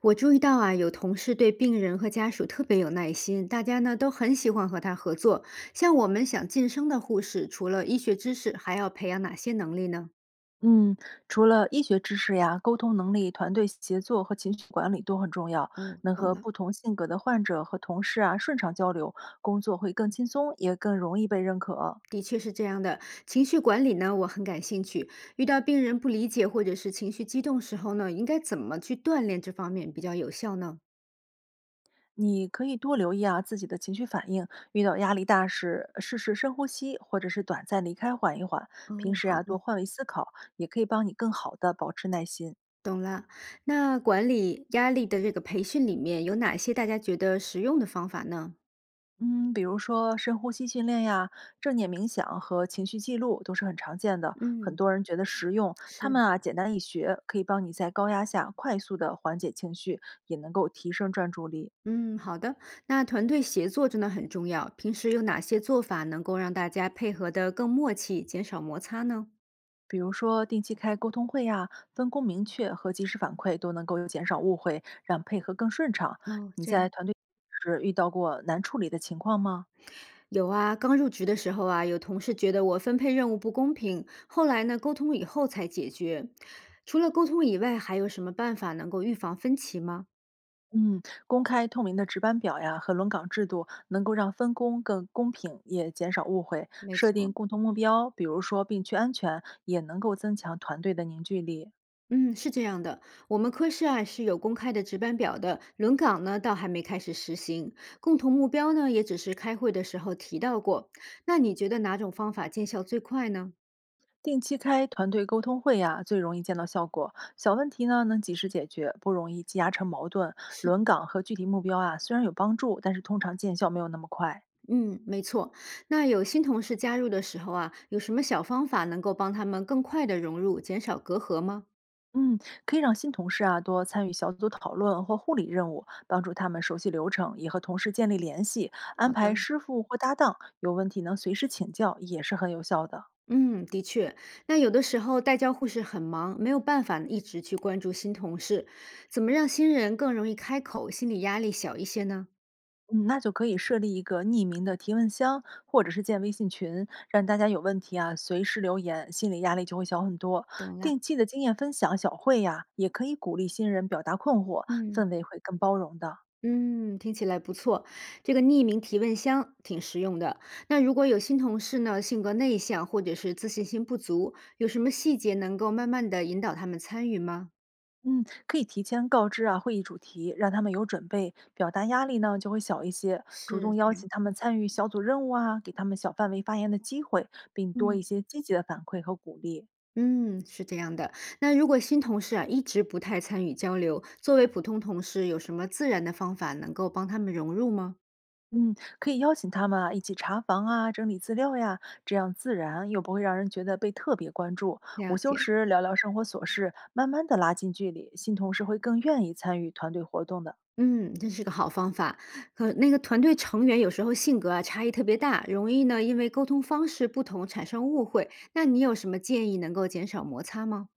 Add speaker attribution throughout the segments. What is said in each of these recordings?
Speaker 1: 我注意到啊，有同事对病人和家属特别有耐心，大家呢都很喜欢和他合作。像我们想晋升的护士，除了医学知识，还要培养哪些能力呢？
Speaker 2: 嗯，除了医学知识呀，沟通能力、团队协作和情绪管理都很重要。
Speaker 1: 哦，
Speaker 2: 能
Speaker 1: 懂
Speaker 2: 和
Speaker 1: 了。
Speaker 2: 不同性格的患者和同事啊顺畅交流，工作会更轻松，也更容易被认可。
Speaker 1: 的确是这样的，情绪管理呢，我很感兴趣。遇到病人不理解或者是情绪激动时候呢，应该怎么去锻炼这方面比较有效呢？
Speaker 2: 你可以多留意啊自己的情绪反应，遇到压力大时，试试深呼吸，或者是短暂离开缓一缓。平
Speaker 1: 哦，
Speaker 2: 时
Speaker 1: 好
Speaker 2: 啊多
Speaker 1: 的，
Speaker 2: 换位思考，也可以帮你更好的保持耐心。
Speaker 1: 懂了。那管理压力的这个培训里面有哪些大家觉得实用的方法呢？
Speaker 2: 嗯，比如说深呼吸训练呀、正念冥想和情绪记录都是很常见的，很
Speaker 1: 嗯，
Speaker 2: 多人觉得实用。他
Speaker 1: 是。
Speaker 2: 们啊，简单易学，可以帮你在高压下快速的缓解情绪，也能够提升专注力。
Speaker 1: 嗯，好的。那团队协作真的很重要。平时有哪些做法能够让大家配合得更默契，减少摩擦呢？
Speaker 2: 比如说定期开沟通会呀、分工明确和及时反馈，都能够减少误会，让配合更顺畅。
Speaker 1: 哦，
Speaker 2: 你
Speaker 1: 这
Speaker 2: 在
Speaker 1: 样
Speaker 2: 团队时遇到过难处理的情况吗？
Speaker 1: 有啊。刚入职的时候啊，有同事觉得我分配任务不公平，后来呢，沟通以后才解决。除了沟通以外，还有什么办法能够预防分歧吗？
Speaker 2: 嗯，公开透明的值班表呀和轮岗制度，能够让分工更公平，也减少误会。
Speaker 1: 没
Speaker 2: 设定
Speaker 1: 错，
Speaker 2: 共同目标，比如说病区安全，也能够增强团队的凝聚力。
Speaker 1: 嗯，是这样的，我们科室啊是有公开的值班表的，轮岗呢倒还没开始实行，共同目标呢也只是开会的时候提到过。那你觉得哪种方法见效最快呢？
Speaker 2: 定期开团队沟通会呀，最容易见到效果。小问题呢能及时解决，不容易积压成矛盾。
Speaker 1: 是
Speaker 2: 轮
Speaker 1: 的，
Speaker 2: 岗和具体目标啊，虽然有帮助，但是通常见效没有那么快。
Speaker 1: 嗯，没错。那有新同事加入的时候啊，有什么小方法能够帮他们更快的融入，减少隔阂吗？
Speaker 2: 嗯，可以让新同事啊多参与小组讨论或护理任务，帮助他们熟悉流程，也和同事建立联系，安
Speaker 1: 好
Speaker 2: 排
Speaker 1: 的，
Speaker 2: 师傅或搭档，有问题能随时请教，也是很有效的。
Speaker 1: 嗯，的确，那有的时候带教护士很忙，没有办法一直去关注新同事，怎么让新人更容易开口，心理压力小一些呢？
Speaker 2: 嗯，那就可以设立一个匿名的提问箱，或者是建微信群，让大家有问题啊随时留言，心理压力就会小很多。
Speaker 1: 懂了。
Speaker 2: 定期的经验分享小会呀、也可以鼓励新人表达困惑，
Speaker 1: 嗯
Speaker 2: 氛围会更包容的。
Speaker 1: 嗯，听起来不错，这个匿名提问箱挺实用的。那如果有新同事呢，性格内向或者是自信心不足，有什么细节能够慢慢的引导他们参与吗？
Speaker 2: 嗯，可以提前告知啊会议主题，让他们有准备，表达压力呢就会小一些。主
Speaker 1: 是
Speaker 2: 动
Speaker 1: 这
Speaker 2: 邀
Speaker 1: 样，
Speaker 2: 请他们参与小组任务啊，给他们小范围发言的机会，并多一
Speaker 1: 嗯
Speaker 2: 些积极的反馈和鼓励。
Speaker 1: 嗯，是这样的。那如果新同事啊一直不太参与交流，作为普通同事，有什么自然的方法能够帮他们融入吗？
Speaker 2: 嗯，可以邀请他们啊一起查房啊，整理资料呀，这样自然又不会让人觉得被特别关注。午
Speaker 1: 了
Speaker 2: 休
Speaker 1: 解。
Speaker 2: 时聊聊生活琐事，慢慢的拉近距离，新同事会更愿意参与团队活动的。
Speaker 1: 嗯，这是个好方法。可那个团队成员有时候性格啊差异特别大，容易呢因为沟通方式不同产生误会。那你有什么建议能够减少摩擦吗？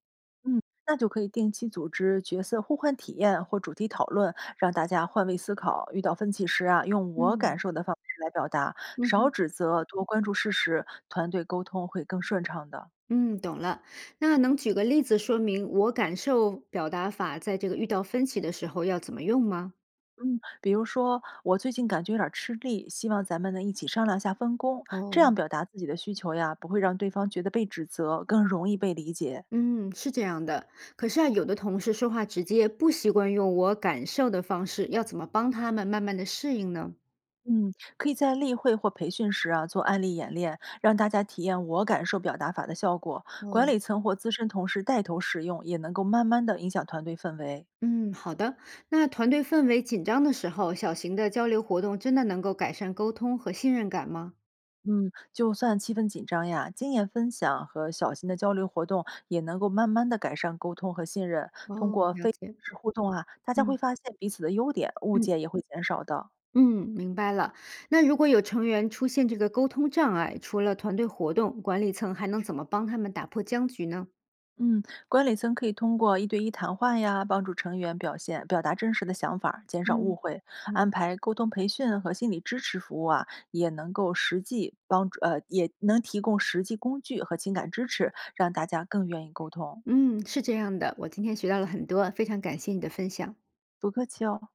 Speaker 2: 嗯，那就可以定期组织角色互换体验或主题讨论，让大家换位思考。遇到分歧时啊，用我感
Speaker 1: 嗯
Speaker 2: 受的方式来表达，
Speaker 1: 嗯
Speaker 2: 少
Speaker 1: 哼
Speaker 2: 指责，多关注事实，团队沟通会更顺畅的。
Speaker 1: 嗯，懂了。那能举个例子说明我感受表达法在这个遇到分歧的时候要怎么用吗？
Speaker 2: 嗯，比如说我最近感觉有点儿吃力，希望咱们能一起商量下分工，这
Speaker 1: 哦，
Speaker 2: 样表达自己的需求呀，不会让对方觉得被指责，更容易被理解。
Speaker 1: 嗯，是这样的。可是啊，有的同事说话直接，不习惯用我感受的方式，要怎么帮他们慢慢的适应呢？
Speaker 2: 嗯，可以在例会或培训时啊做案例演练，让大家体验我感受表达法的效果。管
Speaker 1: 哦。
Speaker 2: 理层或资深同事带头使用，也能够慢慢的影响团队氛围。
Speaker 1: 嗯，好的。那团队氛围紧张的时候，小型的交流活动真的能够改善沟通和信任感吗？
Speaker 2: 嗯，就算气氛紧张呀，经验分享和小型的交流活动也能够慢慢的改善沟通和信任。通
Speaker 1: 哦，
Speaker 2: 过
Speaker 1: 了
Speaker 2: 非正
Speaker 1: 解。
Speaker 2: 式互动啊，大家
Speaker 1: 嗯
Speaker 2: 会发现彼此的优点，误
Speaker 1: 嗯
Speaker 2: 解也会减少的。
Speaker 1: 嗯，明白了。那如果有成员出现这个沟通障碍，除了团队活动，管理层还能怎么帮他们打破僵局呢？
Speaker 2: 嗯，管理层可以通过一对一谈话呀，帮助成员表现表达真实的想法儿减少误
Speaker 1: 嗯
Speaker 2: 会；
Speaker 1: 嗯
Speaker 2: 安排沟通培训和心理支持服务啊，也能够实际帮助，也能提供实际工具和情感支持，让大家更愿意沟通。
Speaker 1: 嗯，是这样的。我今天学到了很多，非常感谢你的分享。
Speaker 2: 不客气哦。